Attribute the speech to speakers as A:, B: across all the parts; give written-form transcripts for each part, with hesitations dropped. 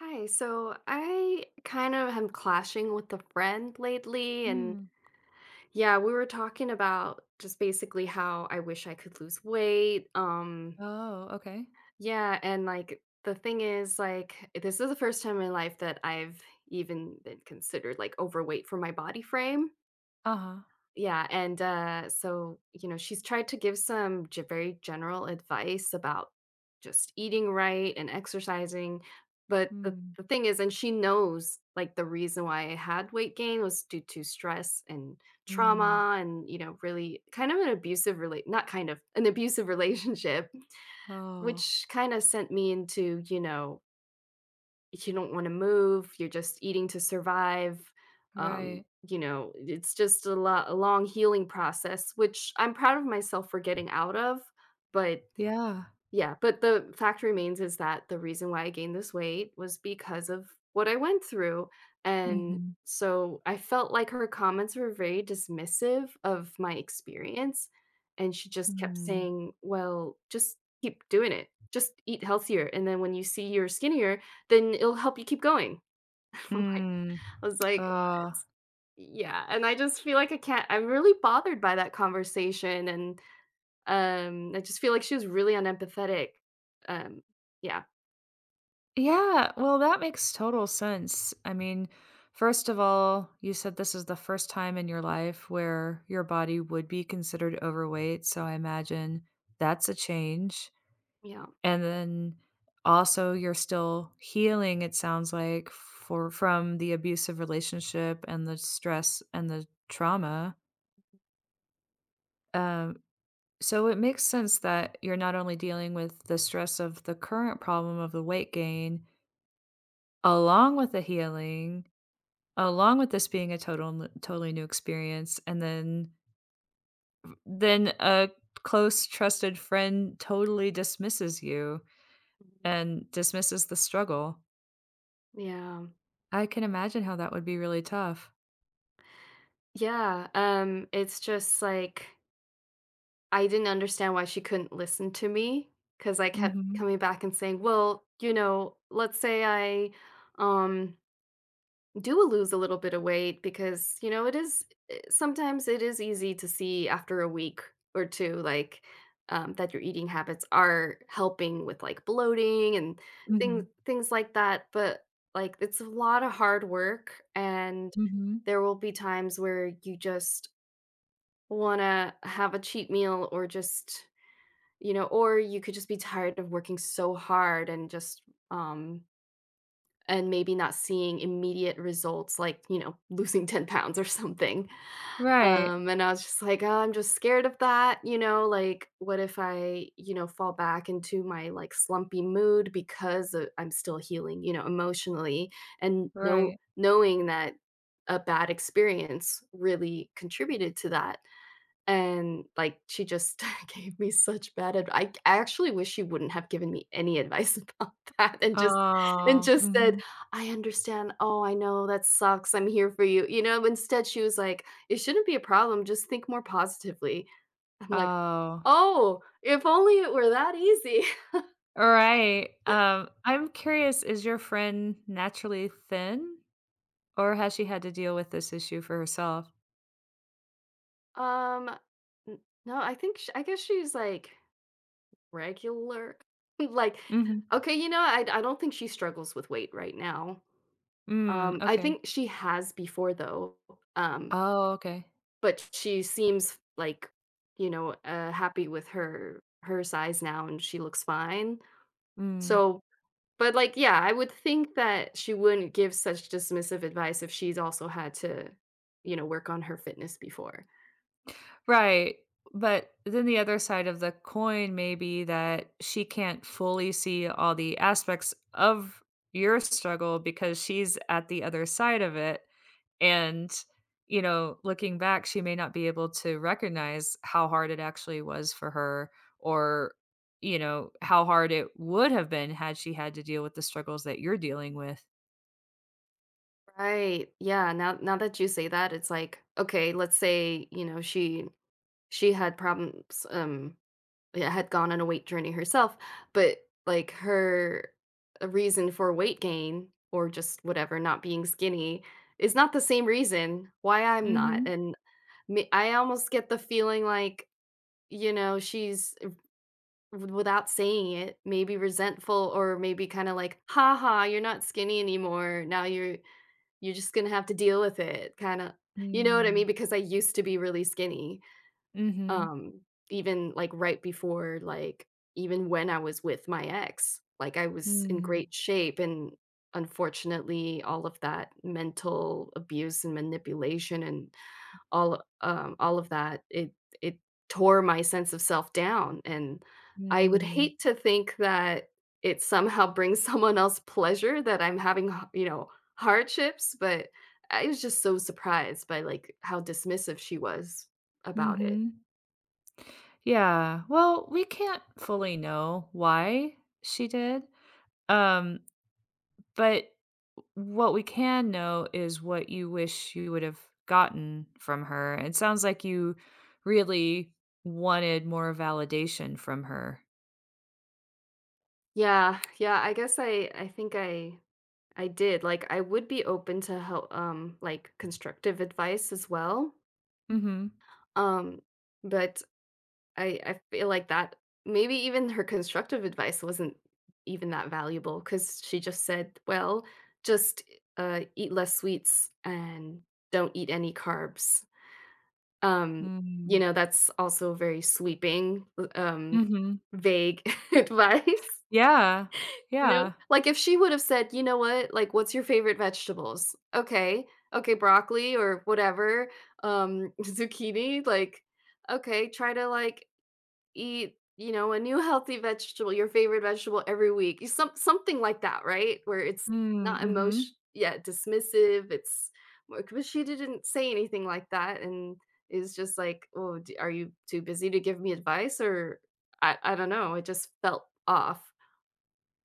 A: Hi, so I kind of am clashing with a friend lately, and
B: Mm.
A: yeah, we were talking about just basically how I wish I could lose weight.
B: Oh, okay.
A: Yeah, and like the thing is, like, this is the first time in my life that I've even been considered like overweight for my body frame.
B: Uh-huh.
A: Yeah, and, so, you know, she's tried to give some ge very general advice about just eating right and exercising, but the
B: Mm.
A: the thing is and she knows, like, the reason why I had weight gain was due to stress and
B: Mm.
A: trauma and, you know, really kind of an abusive not kind of, an abusive relationship,
B: Oh,
A: which kinda sent me into, you know, you don't wanna move, you're just eating to survive, um,
B: right.
A: you know, it's just a long healing process, which I'm proud of myself for getting out of, but
B: Yeah.
A: yeah, but the fact remains is that the reason why I gained this weight was because of what I went through, and
B: Mhm.
A: so I felt like her comments were very dismissive of my experience, and she just kept
B: Mm.
A: saying, "Well, just keep doing it. Just eat healthier, and then when you see you're skinnier, then it'll help you keep going." I'm like
B: Mm.
A: I was like, "What?"
B: Uh,
A: Yeah, and I just feel like I can't I'm really bothered by that conversation and I just feel like she was really unempathetic. Um, yeah,
B: yeah, well, that makes total sense. I mean, first of all, you said this is the first time in your life where your body would be considered overweight, so I imagine that's a change.
A: yeah,
B: And then also you're still healing, it sounds like, for from the abusive relationship and the stress and the trauma. Um, so it makes sense that you're not only dealing with the stress of the current problem of the weight gain, along with the healing, along with this being a totally new experience, and then a close trusted friend totally dismisses you
A: mhm,
B: and dismisses the struggle.
A: yeah,
B: I can imagine how that would be really tough.
A: yeah. It's just like I didn't understand why she couldn't listen to me because I kept
B: Mhm.
A: coming back and saying, "Well, you know, let's say I, um, do lose a little bit of weight because you know it is sometimes it is easy to see after a week or two like that your eating habits are helping with like bloating and
B: Mhm.
A: things like that but like it's a lot of hard work and
B: Mhm.
A: there will be times where you just want to have a cheat meal or just you know or you could just be tired of working so hard and just um and maybe not seeing immediate results like, you know, losing 10 pounds or something.
B: Right.
A: And I was just like, "Oh, I'm just scared of that, you know, like what if I, you know, fall back into my like slumpy mood because I'm still healing, you know, emotionally and no
B: Right.
A: knowing that a bad experience really contributed to that. And, like, she just gave me such bad advice. I actually wish she wouldn't have given me any advice about that and
B: Oh.
A: just said,
B: Mhm.
A: "I understand. Oh, I know. That sucks. I'm here for you." You know? Instead, she was like, "It shouldn't be a problem. Just think more positively." I'm like,
B: Oh.
A: "Oh, if only it were that easy."
B: All right. I'm curious, is your friend naturally thin, or has she had to deal with this issue for herself?
A: Um, n No, I think sh I guess she's, like, regular. Like,
B: Mhm.
A: okay, you know, I don't think she struggles with weight right now.
B: Mm,
A: I
B: okay.
A: think she has before though, um,
B: Oh, okay.
A: but she seems like, you know, happy with her size now and she looks fine.
B: Mm.
A: So, but like, yeah, I would think that she wouldn't give such dismissive advice if she's also had to, you know, work on her fitness before.
B: Right. But then the other side of the coin may be that she can't fully see all the aspects of your struggle because she's at the other side of it. And, you know, looking back, she may not be able to recognize how hard it actually was for her or, you know, how hard it would have been had she had to deal with the struggles that you're dealing with.
A: Right. Yeah. Now that you say that, it's like, okay, let's say, you know, she had problems, yeah, had gone on a weight journey herself, but like her reason for weight gain or just whatever, not being skinny is not the same reason why I'm not.
B: Mhm.
A: And me, I almost get the feeling like, you know, she's without saying it, maybe resentful or maybe kind of like, ha ha, you're not skinny anymore. Now you're just going to have to deal with it. Kind of, you know what I
B: Mm.
A: mean? Because I used to be really skinny
B: Mhm.
A: um, even, like, right before, like even when I was with my ex, like, I was in
B: Mm.
A: great shape, and unfortunately, all of that mental abuse and manipulation and all of that, it tore my sense of self down, and I would
B: Mm.
A: hate to think that it somehow brings someone else pleasure that I'm having ha you know, hardships, but I was just so surprised by, like, how dismissive she was about it.
B: Mhm. Yeah. Well, we can't fully know why she did. Um, but what we can know is what you wish you would have gotten from her. It sounds like you really wanted more validation from her.
A: Yeah, yeah, I guess I think I did. Like I would be open to help like constructive advice as well.
B: Mhm.
A: Um but I feel like that maybe even her constructive advice wasn't even that valuable cuz she just said, "Well, just eat less sweets and don't eat any carbs." Um you
B: Mm.
A: know, that's also very sweeping um
B: Mhm.
A: vague advice.
B: Yeah.
A: You know?
B: Yeah.
A: Like, if she would've said, "You know what? Like, what's your favorite vegetables?" "Okay. Okay, broccoli or whatever, zucchini," like, "Okay, try to, like, eat, you know, a new healthy vegetable, your favorite vegetable every week." Y some Something like that, right? Where it's
B: Mm,
A: not emotion,
B: mhm.
A: yeah, dismissive, it's more but she didn't say anything like that and is just like, "Oh, d are you too busy to give me advice?" Or I don't know, it just felt off.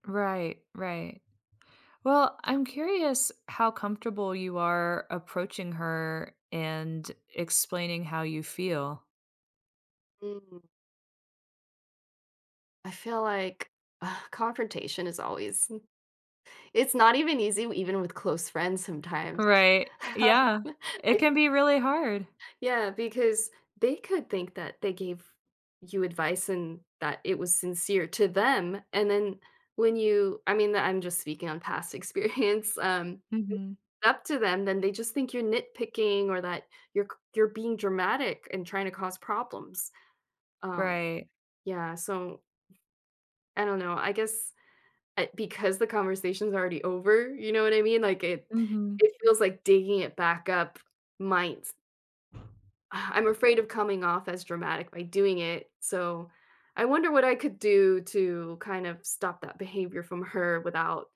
B: Right, right. Well, I'm curious how comfortable you are approaching her and explaining how you feel.
A: Mm. I feel like confrontation is always, it's not even easy even with close friends sometimes.
B: Right. Yeah. It
A: I
B: can be really hard.
A: Yeah, because they could think that they gave you advice and that it was sincere to them, and then when you I mean, I'm just speaking on past experience,
B: Mhm.
A: up to them, then they just think you're nitpicking or that you're c you're being dramatic and trying to cause problems. Um,
B: Right.
A: yeah, so I don't know, I guess because the conversation's already over, you know what I mean? Like, it
B: Mhm.
A: it feels like digging it back up might I'm afraid of coming off as dramatic by doing it, so I wonder what I could do to kind of stop that behavior from her without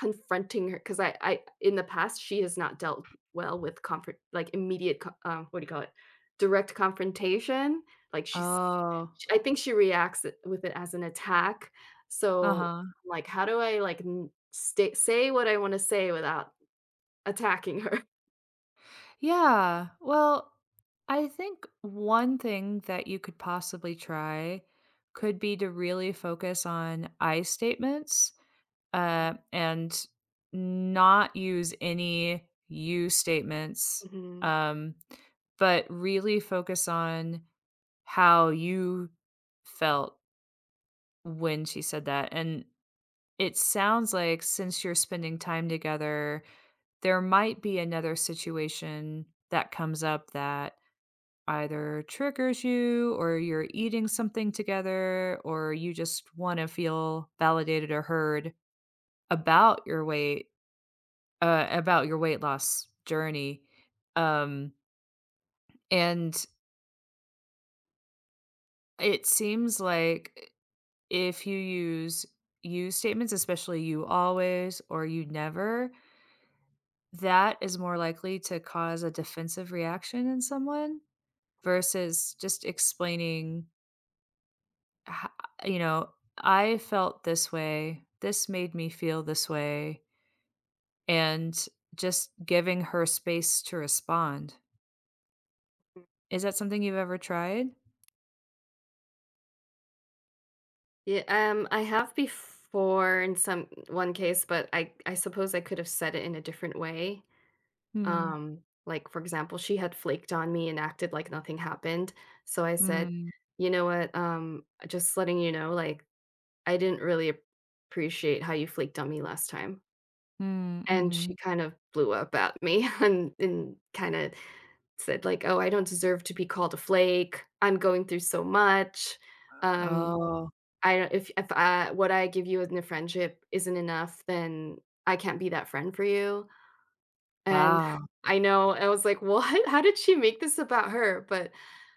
A: confronting her because I in the past, she has not dealt well with comfort like, immediate co what do you call it? Direct confrontation, like,
B: Oh.
A: I think she reacts it with it as an attack, so,
B: Uh-huh.
A: like, how do I, like, n stay say what I wanna say without attacking her?
B: Yeah. Well, I think one thing that you could possibly try could be to really focus on I statements and not use any you statements,
A: Mhm.
B: um, but really focus on how you felt when she said that. And it sounds like since you're spending time together, there might be another situation that comes up that either triggers you or you're eating something together or you just want to feel validated or heard about your weight about your weight loss journey. Um, and it seems like if you use you statements, especially you always or you never, that is more likely to cause a defensive reaction in someone versus just ho- you know, I felt this way, this made me feel this way, and just giving her space to respond. Is that something you've ever tried?
A: Yeah, I have before in some one case, but I suppose I could have said it in a different way.
B: Hmm.
A: Um, like, for example, she had flaked on me and acted like nothing happened. So I said,
B: Mm,
A: "You know what? Just letting you know, like, I didn't really appreciate how you flaked on me last time."
B: mm,
A: And
B: mhm.
A: she kind of blew up at me and kind of said, like, "Oh, I don't deserve to be called a flake. I'm going through so much.
B: Um.
A: Um,
B: Oh,
A: I don't, if I, what I give you in a friendship isn't enough, then I can't be that friend for you." And
B: wow.
A: I know, I was like, "What? How did she make this about her?" But,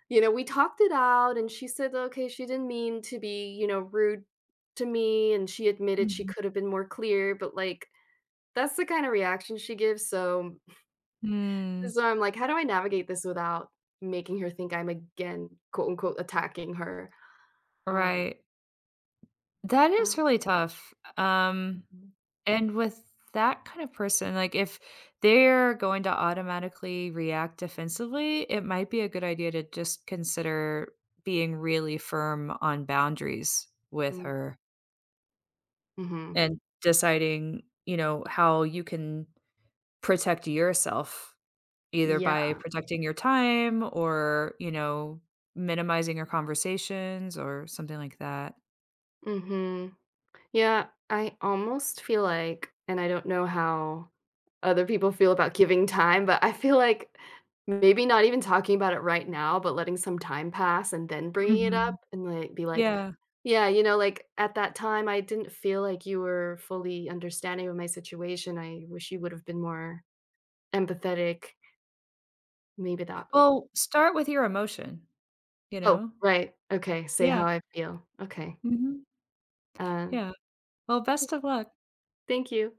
A: you know, we talked it out and she said, "Okay, she didn't mean to be, you know, rude to me," and she admitted she
B: Mhm.
A: could have been more clear, but, like, that's the kinda reaction she gives, so
B: Mm,
A: so I'm like, "How do I navigate this without making her think I'm again, quote, unquote, attacking her?" Um,
B: right. That is
A: oh,
B: really tough,
A: mhm,
B: and with that kind of person, like, if they're going to automatically react defensively, it might be a good idea to just consider being really firm on boundaries with
A: mm,
B: her
A: mhm,
B: and deciding, you know, how you can protect yourself. Either
A: yeah,
B: by protecting your time or, you know, minimizing your conversations or something like that.
A: mhm. Yeah, I almost feel like and I don't know how other people feel about giving time, but I feel like maybe not even talking about it right now, but letting some time pass and then bringing it up
B: Mhm.
A: and like be like,
B: Yeah.
A: yeah, you know, like at that time, I didn't feel like you were fully understanding of my situation. I wish you would have been more empathetic. Maybe that.
B: Well, start with your emotion, you
A: Oh,
B: know?
A: right. Okay. Say
B: Yeah.
A: how I feel. Okay.
B: Mhm.
A: Um,
B: Yeah. Well, best of luck.
A: Thank you.